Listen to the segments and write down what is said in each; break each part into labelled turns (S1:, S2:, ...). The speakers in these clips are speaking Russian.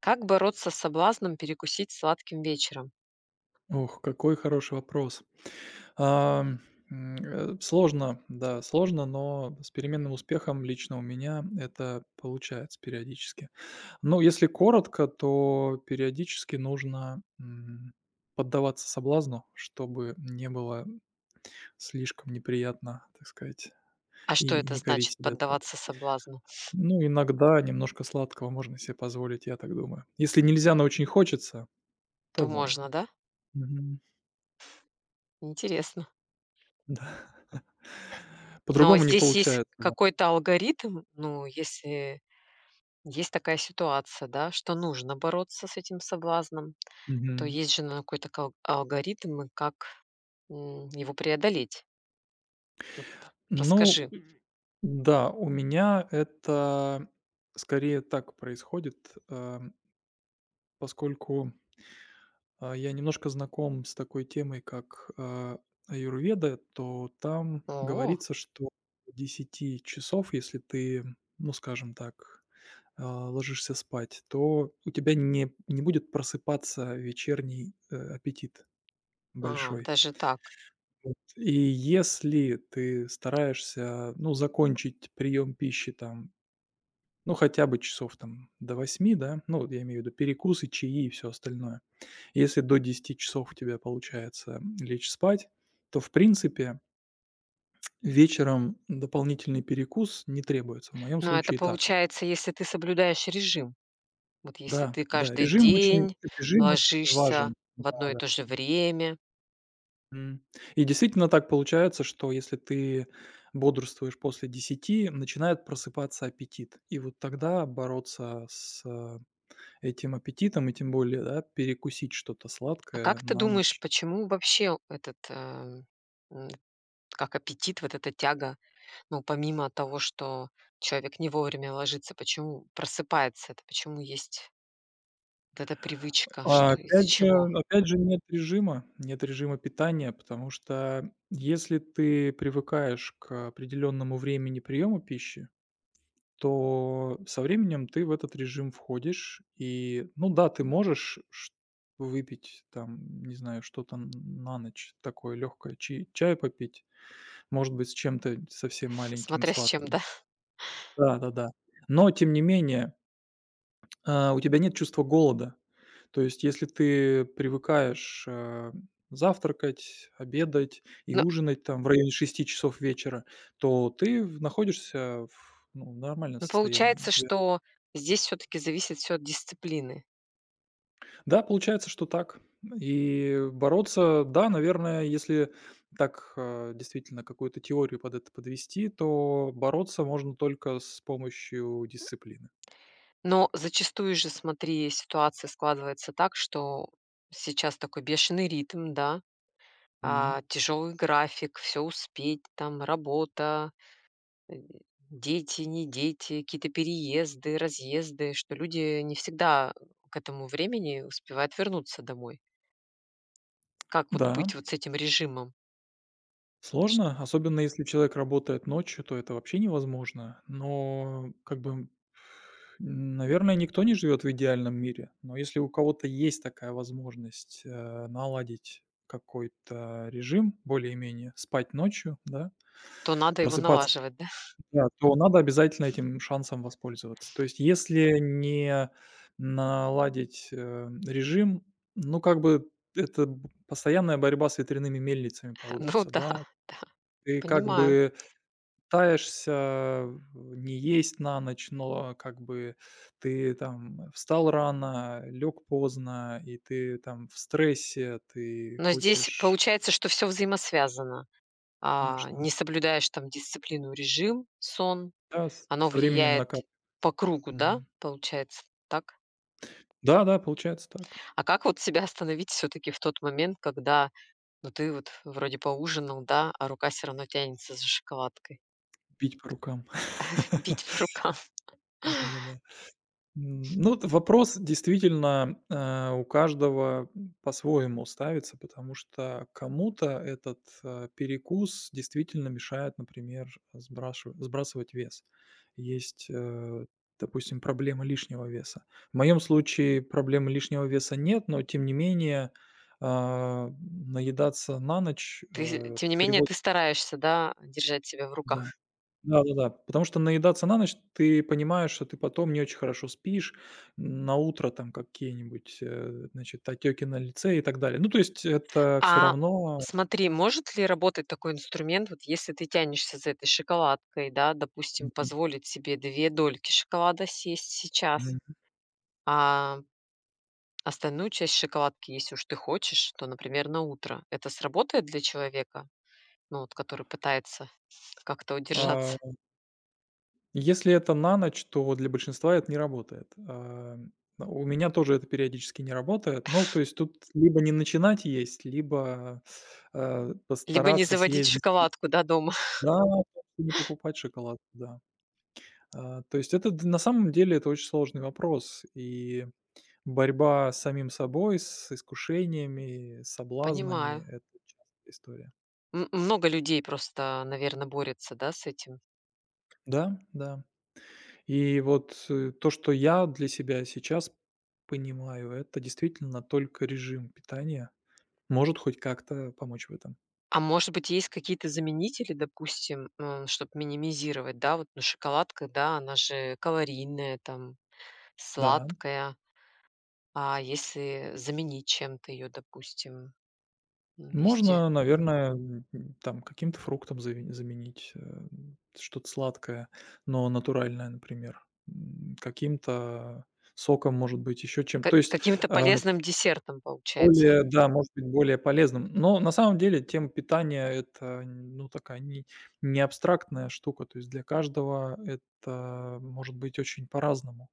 S1: Как бороться с соблазном перекусить сладким вечером?
S2: Ох, какой хороший вопрос. Ам, Сложно, да, сложно, но с переменным успехом лично у меня это получается периодически. Ну, если коротко, то периодически нужно поддаваться соблазну, чтобы не было слишком неприятно, так сказать,
S1: А что
S2: и
S1: это
S2: не корить
S1: значит
S2: себя за это.
S1: поддаваться соблазну?
S2: Ну, иногда немножко сладкого можно себе позволить, я так думаю. Если нельзя, но очень хочется,
S1: То
S2: то можно.
S1: можно, да? Интересно.
S2: Да.
S1: Но
S2: По-другому не
S1: здесь есть
S2: получается, да.
S1: какой-то алгоритм, если есть такая ситуация, да, что нужно бороться с этим соблазном, то
S2: Мгм.
S1: есть же наверно, какой-то алгоритм, и как его преодолеть. Вот
S2: Ну
S1: расскажи.
S2: да, у меня это скорее так происходит, поскольку, я немножко знаком с такой темой, как, аюрведа. То там
S1: О,
S2: говорится, что десяти часов, если ты, ну, скажем так, ложишься спать, то у тебя не будет просыпаться вечерний, аппетит большой.
S1: даже так.
S2: Вот. И если ты стараешься, ну, закончить прием пищи там, ну, хотя бы часов там до восьми, да, ну, вот я имею в виду перекусы, чаи и все остальное. Если до десяти часов у тебя получается лечь спать, то, в принципе, вечером дополнительный перекус не требуется. В моем
S1: Но это
S2: случае так.
S1: получается, если ты соблюдаешь режим. Вот если
S2: Да,
S1: ты
S2: да,
S1: каждый
S2: режим очень
S1: день
S2: режим очень
S1: ложишься
S2: важен.
S1: в
S2: Да,
S1: одно и
S2: да.
S1: то же время.
S2: М. И действительно так получается, что если ты бодрствуешь после десяти, начинает просыпаться аппетит. И вот тогда бороться с, этим аппетитом, и тем более, да, перекусить что-то
S1: А
S2: сладкое
S1: как ты
S2: на
S1: думаешь,
S2: ночь.
S1: почему вообще этот, м, как аппетит, вот эта тяга, ну, помимо того, что человек не вовремя ложится, почему просыпается это, почему есть вот эта привычка,
S2: А
S1: что из-за
S2: опять же
S1: чего?
S2: опять же, нет режима, нет режима питания, потому что если ты привыкаешь к определенному времени приема пищи, то со временем ты в этот режим входишь. И, ну да, ты можешь выпить там, не знаю, что-то на ночь такое легкое, чай, попить, может быть, с чем-то совсем маленьким,
S1: Смотря с чем,
S2: сладким.
S1: да?
S2: Да, да, да. Но, тем не менее, у тебя нет чувства голода. То есть, если ты привыкаешь завтракать, обедать и
S1: Но
S2: ужинать там в районе шести часов вечера, то ты находишься в ну, нормальном
S1: но
S2: состоянии. У
S1: получается,
S2: тебя.
S1: что здесь все таки зависит все от дисциплины.
S2: Да, получается, что так. И бороться, да, наверное, если так действительно какую-то теорию под это подвести, то бороться можно только с помощью дисциплины.
S1: Но зачастую же, смотри, ситуация складывается так, что сейчас такой бешеный ритм, да,
S2: М.
S1: а, тяжелый график, все успеть, там работа, э, дети, не дети, какие-то переезды, разъезды, что люди не всегда к этому времени успевают вернуться домой. Как вот
S2: Да,
S1: быть вот с этим режимом?
S2: сложно, особенно если человек работает ночью, то это вообще невозможно. Но как бы, наверное, никто не живет в идеальном мире. Но если у кого-то есть такая возможность, наладить какой-то режим более-менее, спать ночью, да,
S1: Что надо его
S2: просыпаться,
S1: налаживать, да?
S2: да, то надо обязательно этим шансом воспользоваться. То есть если не наладить, режим, ну, как бы это б постоянная борьба с ветряными мельницами
S1: Ну
S2: получится,
S1: да,
S2: да.
S1: да,
S2: Ты как
S1: понимаю.
S2: бы пытаешься не есть на ночь, но как бы ты там встал рано, лег поздно, и ты там в стрессе, ты
S1: Но здесь
S2: хочешь,
S1: получается, что все взаимосвязано. А,
S2: конечно,
S1: не соблюдаешь там дисциплину, режим, сон,
S2: да, с
S1: оно
S2: со временем
S1: влияет
S2: накап
S1: по кругу, да, получается, так?
S2: Да-да, получается так.
S1: А как вот себя остановить все таки в тот момент, когда, ну, ты вот вроде поужинал, да, а рука все равно тянется за шоколадкой?
S2: Бить по рукам.
S1: Бить по рукам.
S2: Да-да-да. Ну, т вопрос действительно, у каждого, по-своему ставится, потому что кому-то этот, перекус действительно мешает, например, сбрашу сбрасывать вес. Есть, допустим, проблема лишнего веса. В моем случае проблемы лишнего веса нет, но тем не менее, наедаться на ночь,
S1: Ты, тем не менее,
S2: приводит.
S1: ты стараешься, да, держать себя в руках.
S2: Да. Да-да-да, потому что наедаться на ночь, ты понимаешь, что ты потом не очень хорошо спишь, на утро там какие-нибудь, значит, отеки на лице и так далее. Ну, то есть это все
S1: А
S2: равно.
S1: смотри, может ли работать такой инструмент, вот если ты тянешься за этой шоколадкой, да, допустим,
S2: Мгм,
S1: позволить себе 2 дольки шоколада съесть сейчас,
S2: мгм.
S1: а, остальную часть шоколадки, если уж ты хочешь, то, например, на утро. Это сработает для человека, ну, вот, который пытается как-то
S2: А,
S1: удержаться?
S2: если это на ночь, то вот для большинства это не работает. У меня тоже это периодически не работает. Ну, то есть тут либо не начинать есть, либо,
S1: Либо не
S2: постараться
S1: заводить
S2: съездить.
S1: шоколадку, да, дома.
S2: Да, не покупать шоколад, да. То есть это д на самом деле это очень сложный вопрос, и борьба с самим собой, с искушениями, с соблазнами-
S1: Понимаю.
S2: это частая история.
S1: Много людей просто, наверное, борется, да, с этим.
S2: Да, да. И вот, то, что я для себя сейчас понимаю, это действительно только режим питания может хоть как-то помочь в этом.
S1: А может быть, есть какие-то заменители, допустим, чтобы минимизировать, да, вот ну, шоколадка, да, она же калорийная, там,
S2: Да.
S1: сладкая. А если заменить чем-то ее, допустим, м, если
S2: Можно, наверное, там каким-то фруктом зави заменить, что-то сладкое, но натуральное, например, каким-то соком, может быть, еще чем.
S1: Ка
S2: То есть,
S1: каким-то
S2: э,
S1: полезным десертом получается.
S2: более, да, может быть, более полезным. Но на самом деле тема питания- это, ну, такая не абстрактная штука. То есть для каждого это может быть очень по-разному.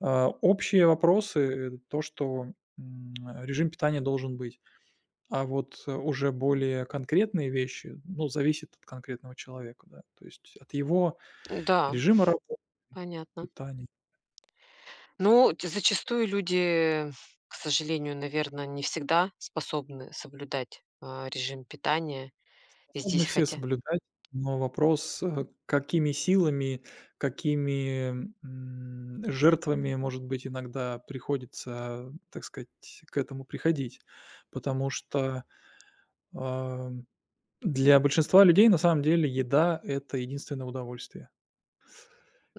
S2: Общие вопросы- это то, что, м, режим питания должен быть. А вот, уже более конкретные вещи, ну, зависит от конкретного человека, да. То есть от его
S1: Да,
S2: режима работы,
S1: понятно.
S2: питания.
S1: Ну, т зачастую люди, к сожалению, наверное, не всегда способны соблюдать, а, режим питания. И
S2: Способны
S1: здесь
S2: все
S1: хотя
S2: соблюдать, но вопрос, какими силами, какими, жертвами, может быть, иногда приходится, так сказать, к этому приходить. Потому что, ам, для большинства людей на самом деле еда- это единственное удовольствие,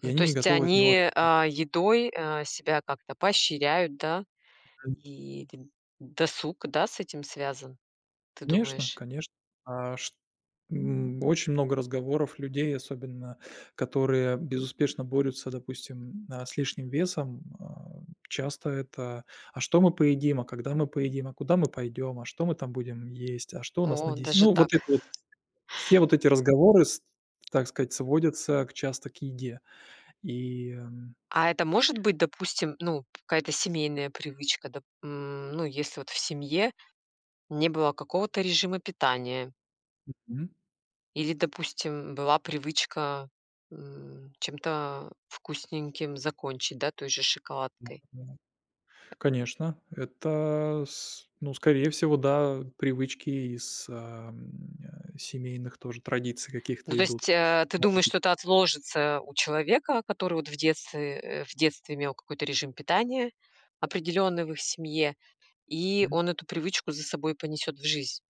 S2: и
S1: ну,
S2: они
S1: то
S2: не
S1: есть
S2: готовы от него.
S1: они, а, едой, а, себя как-то поощряют, да? И д досуг, да, с этим связан, ты
S2: Конечно,
S1: думаешь?
S2: конечно. А, шт очень много разговоров людей, особенно которые безуспешно борются, допустим, с лишним весом. Часто это: "А что мы поедим? А когда мы поедим? А куда мы пойдем? А что мы там будем есть? А что у нас на
S1: О,
S2: дес".
S1: даже
S2: Ну, вот
S1: так.
S2: это вот все вот эти разговоры, с так сказать, сводятся к часто к еде. И,
S1: А это может быть, допустим, ну, какая-то семейная привычка, ну, если вот в семье не было какого-то режима питания или, допустим, была привычка, чем-то вкусненьким закончить, да, той же шоколадкой.
S2: мгм. Конечно, это с ну, скорее всего, да, привычки из, семейных тоже традиций
S1: Ну,
S2: каких-то
S1: то есть,
S2: идут.
S1: ты думаешь,
S2: Могут идти.
S1: что это отложится у человека, который вот в детстве, в детстве имел какой-то режим питания определенный в их семье, и
S2: М.
S1: он эту привычку за собой понесет в жизнь.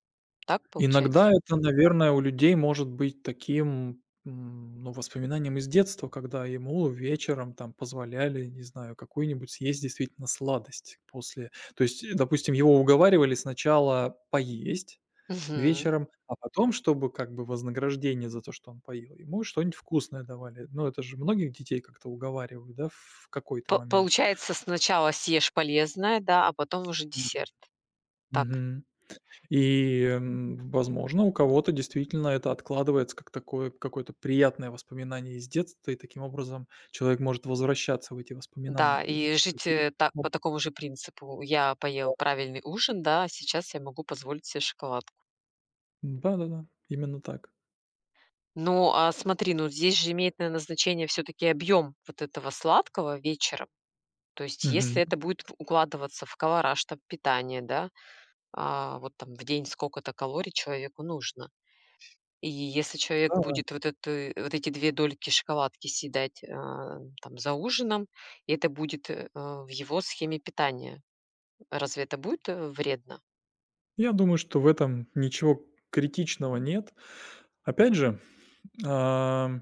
S1: Так получается?
S2: Иногда это, наверное, у людей может быть таким, ну, воспоминанием из детства, когда ему вечером там позволяли, не знаю, какую-нибудь съесть действительно сладость после. То есть, допустим, его уговаривали сначала поесть,
S1: Мгм.
S2: вечером, а потом, чтобы как бы вознаграждение за то, что он поел, ему что-нибудь вкусное давали. Ну, это же многих детей как-то уговаривают, да, в какой-то
S1: По
S2: момент.
S1: получается, сначала съешь полезное, да, а потом уже
S2: М.
S1: десерт. Так.
S2: Мгм. И, возможно, у кого-то действительно это откладывается как такое какое-то приятное воспоминание из детства, и таким образом человек может возвращаться в эти
S1: Да,
S2: воспоминания. То есть
S1: и
S2: как
S1: жить,
S2: бы.
S1: э, та
S2: Ну
S1: по такому же принципу. Я
S2: да.
S1: поел правильный ужин, да, а сейчас я могу позволить себе шоколадку.
S2: Да-да-да, именно так.
S1: Ну, а смотри, ну здесь же имеет, наверно, значение все таки объем вот этого сладкого вечером. То есть
S2: Мгм.
S1: если это будет в укладываться в колораж там питания, да, а, вот там в день сколько-то калорий человеку нужно. И если человек
S2: Да-да.
S1: будет вот эту вот эти 2 дольки шоколадки съедать, там за ужином, и это будет, в его схеме питания, разве это будет, вредно?
S2: Я думаю, что в этом ничего критичного нет. Опять же, а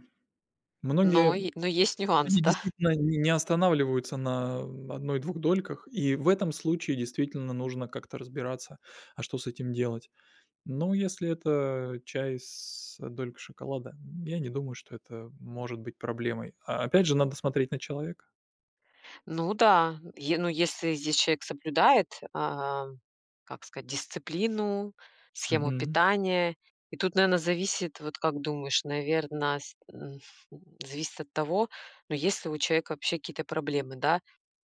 S2: многие
S1: Но есть нюанс,
S2: люди
S1: да.
S2: действительно не останавливаются на одной двух дольках, и в этом случае действительно нужно как-то разбираться, а что с этим делать. Но если это чай с долькой шоколада, я не думаю, что это может быть проблемой. Опять же, надо смотреть на человека.
S1: Ну да, е ну, если здесь человек соблюдает, а, как сказать, дисциплину, схему
S2: Мгм.
S1: питания. И тут, наверное, зависит, вот как думаешь, наверное, зависит от того. Но если у человека вообще какие-то проблемы, да.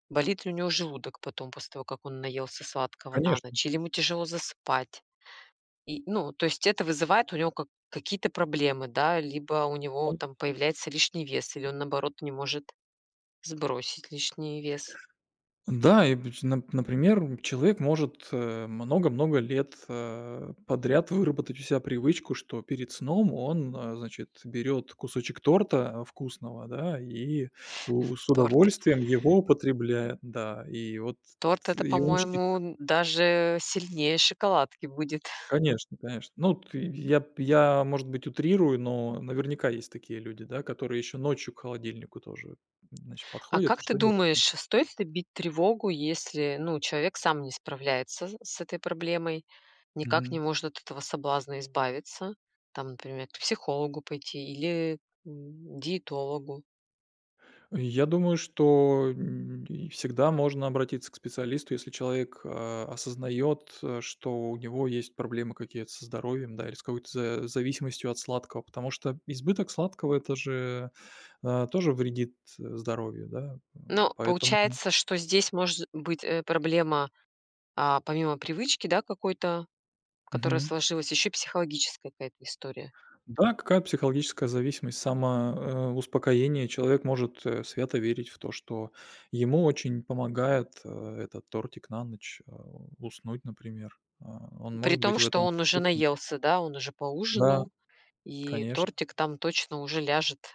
S1: Болит ли у него желудок потом после того, как он наелся сладкого на
S2: Конечно.
S1: ночь, или ему тяжело засыпать. И, ну, то есть это вызывает у него как какие-то проблемы, да, либо у
S2: Да.
S1: него там появляется лишний вес, или он, наоборот, не может сбросить лишний вес
S2: Да, и быч нап например, человек может, много-много лет, подряд выработать у себя привычку, что перед сном он, значит, берет кусочек торта, вкусного, да, и у с
S1: торта.
S2: удовольствием его употребляет, да. И вот,
S1: Торт — это,
S2: и он считает.
S1: по-моему, даже сильнее шоколадки будет.
S2: Конечно, конечно. Ну, т я, может быть, утрирую, но наверняка есть такие люди, да, которые еще ночью к холодильнику тоже, значит,
S1: А
S2: подходят и
S1: как ты
S2: что-нибудь.
S1: думаешь, стоит ли бить тревогу, если, ну, человек сам не справляется с этой проблемой, никак не
S2: Мгм.
S1: может от этого соблазна избавиться? Там, например, к психологу пойти или, диетологу.
S2: Я думаю, что, и всегда можно обратиться к специалисту, если человек, осознаёт, что у него есть проблемы какие-то со здоровьем, да, или с какой-то за зависимостью от сладкого. Потому что избыток сладкого- это же, тоже вредит, здоровью, да,
S1: Но
S2: поэтому.
S1: получается, что здесь может быть, проблема, а, помимо привычки, да, какой-то, которая
S2: Мгм.
S1: сложилась, еще психологическая какая-то история.
S2: Да, какая психологическая зависимость, самоуспокоение. Человек может, свято верить в то, что ему очень помогает, этот тортик на ночь, уснуть, например. Он
S1: При
S2: может быть
S1: том,
S2: в
S1: что
S2: этом
S1: он уже
S2: абсолютно уверен.
S1: наелся, да, он уже
S2: Да,
S1: поужинал, и
S2: конечно.
S1: тортик там точно уже ляжет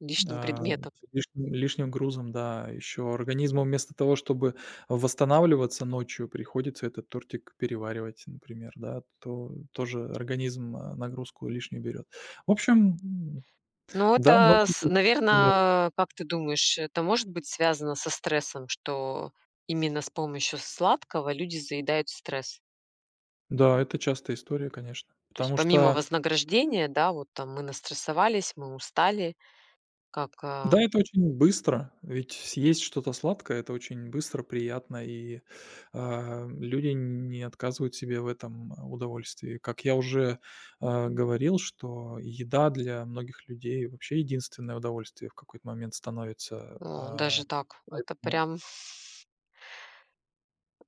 S1: лишним
S2: А,
S1: предметом.
S2: лишним грузом, да. Еще организму, вместо того, чтобы восстанавливаться ночью, приходится этот тортик переваривать, например, да. То тоже организм, нагрузку лишнюю берет. В общем,
S1: Но
S2: да, много
S1: это,
S2: таких
S1: наверное,
S2: примеров.
S1: как ты думаешь, это может быть связано со стрессом, что именно с помощью сладкого люди заедают стресс?
S2: Да, это частая история, конечно.
S1: То есть
S2: Потому
S1: помимо
S2: что,
S1: вознаграждения, да, вот там мы настрессовались, мы устали, как, а,
S2: да, это очень быстро, ведь съесть что-то сладкое- это очень быстро, приятно, и, люди не отказывают себе в этом удовольствии. Как я уже, говорил, что еда для многих людей вообще единственное удовольствие в какой-то момент становится,
S1: о, даже так. Это
S2: поэтому
S1: прям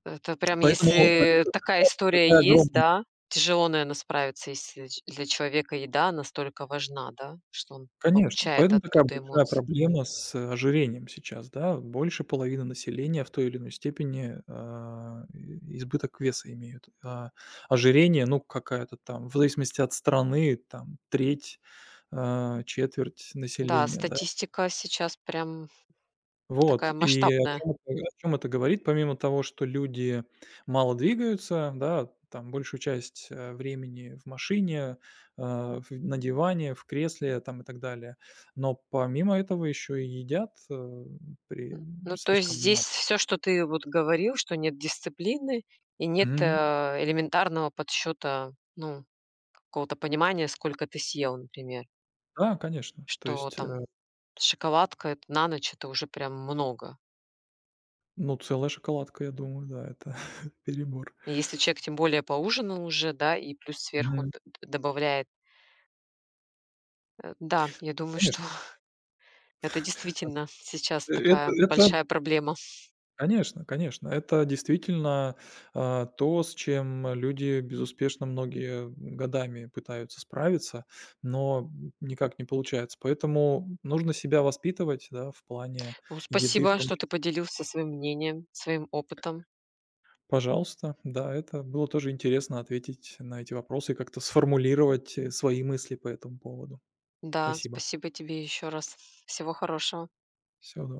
S1: это прям,
S2: поэтому так
S1: если такая история
S2: такая
S1: есть,
S2: огромная
S1: да, тяжело, наверно, справиться, если ч для человека еда настолько важна, да, что он
S2: Конечно,
S1: получает
S2: поэтому такая
S1: оттуда
S2: большая
S1: эмоции.
S2: проблема с ожирением сейчас, да. Больше половины населения в той или иной степени, и избыток веса имеют. Ожирение, ну, какая-то там, в зависимости от страны, там треть, четверть
S1: Да,
S2: населения, да.
S1: статистика сейчас прям
S2: Вот,
S1: такая
S2: и о
S1: масштабная.
S2: чем это о чём это говорит, помимо того, что люди мало двигаются, да, там большую часть, времени в машине, в на диване, в кресле там и так далее. Но помимо этого еще и едят, при
S1: Ну, то есть
S2: слишком
S1: здесь
S2: много.
S1: все, что ты вот говорил, что нет дисциплины и нет,
S2: Мгм.
S1: элементарного подсчета, ну, какого-то понимания, сколько ты съел, например.
S2: Да, конечно. То
S1: Что
S2: есть,
S1: там шоколадка — это на ночь, это уже прям много.
S2: ну, целая шоколадка, я думаю, да, это перебор.
S1: Если человек тем более поужинал уже, да, и плюс сверху
S2: Мгм.
S1: д д добавляет. Да, я думаю, что
S2: Конечно.
S1: это действительно сейчас
S2: Э, это
S1: такая
S2: это
S1: большая проблема.
S2: Конечно, конечно. Это действительно, то, с чем люди безуспешно многие годами пытаются справиться, но никак не получается. Поэтому нужно себя воспитывать, да, в плане
S1: Ну,
S2: еды в
S1: спасибо,
S2: том
S1: что
S2: числе.
S1: ты поделился своим мнением, своим опытом.
S2: Пожалуйста, да, это было тоже интересно ответить на эти вопросы и как-то сформулировать, свои мысли по этому поводу.
S1: Да,
S2: Спасибо.
S1: спасибо тебе еще раз. Всего хорошего.
S2: Всего доброго.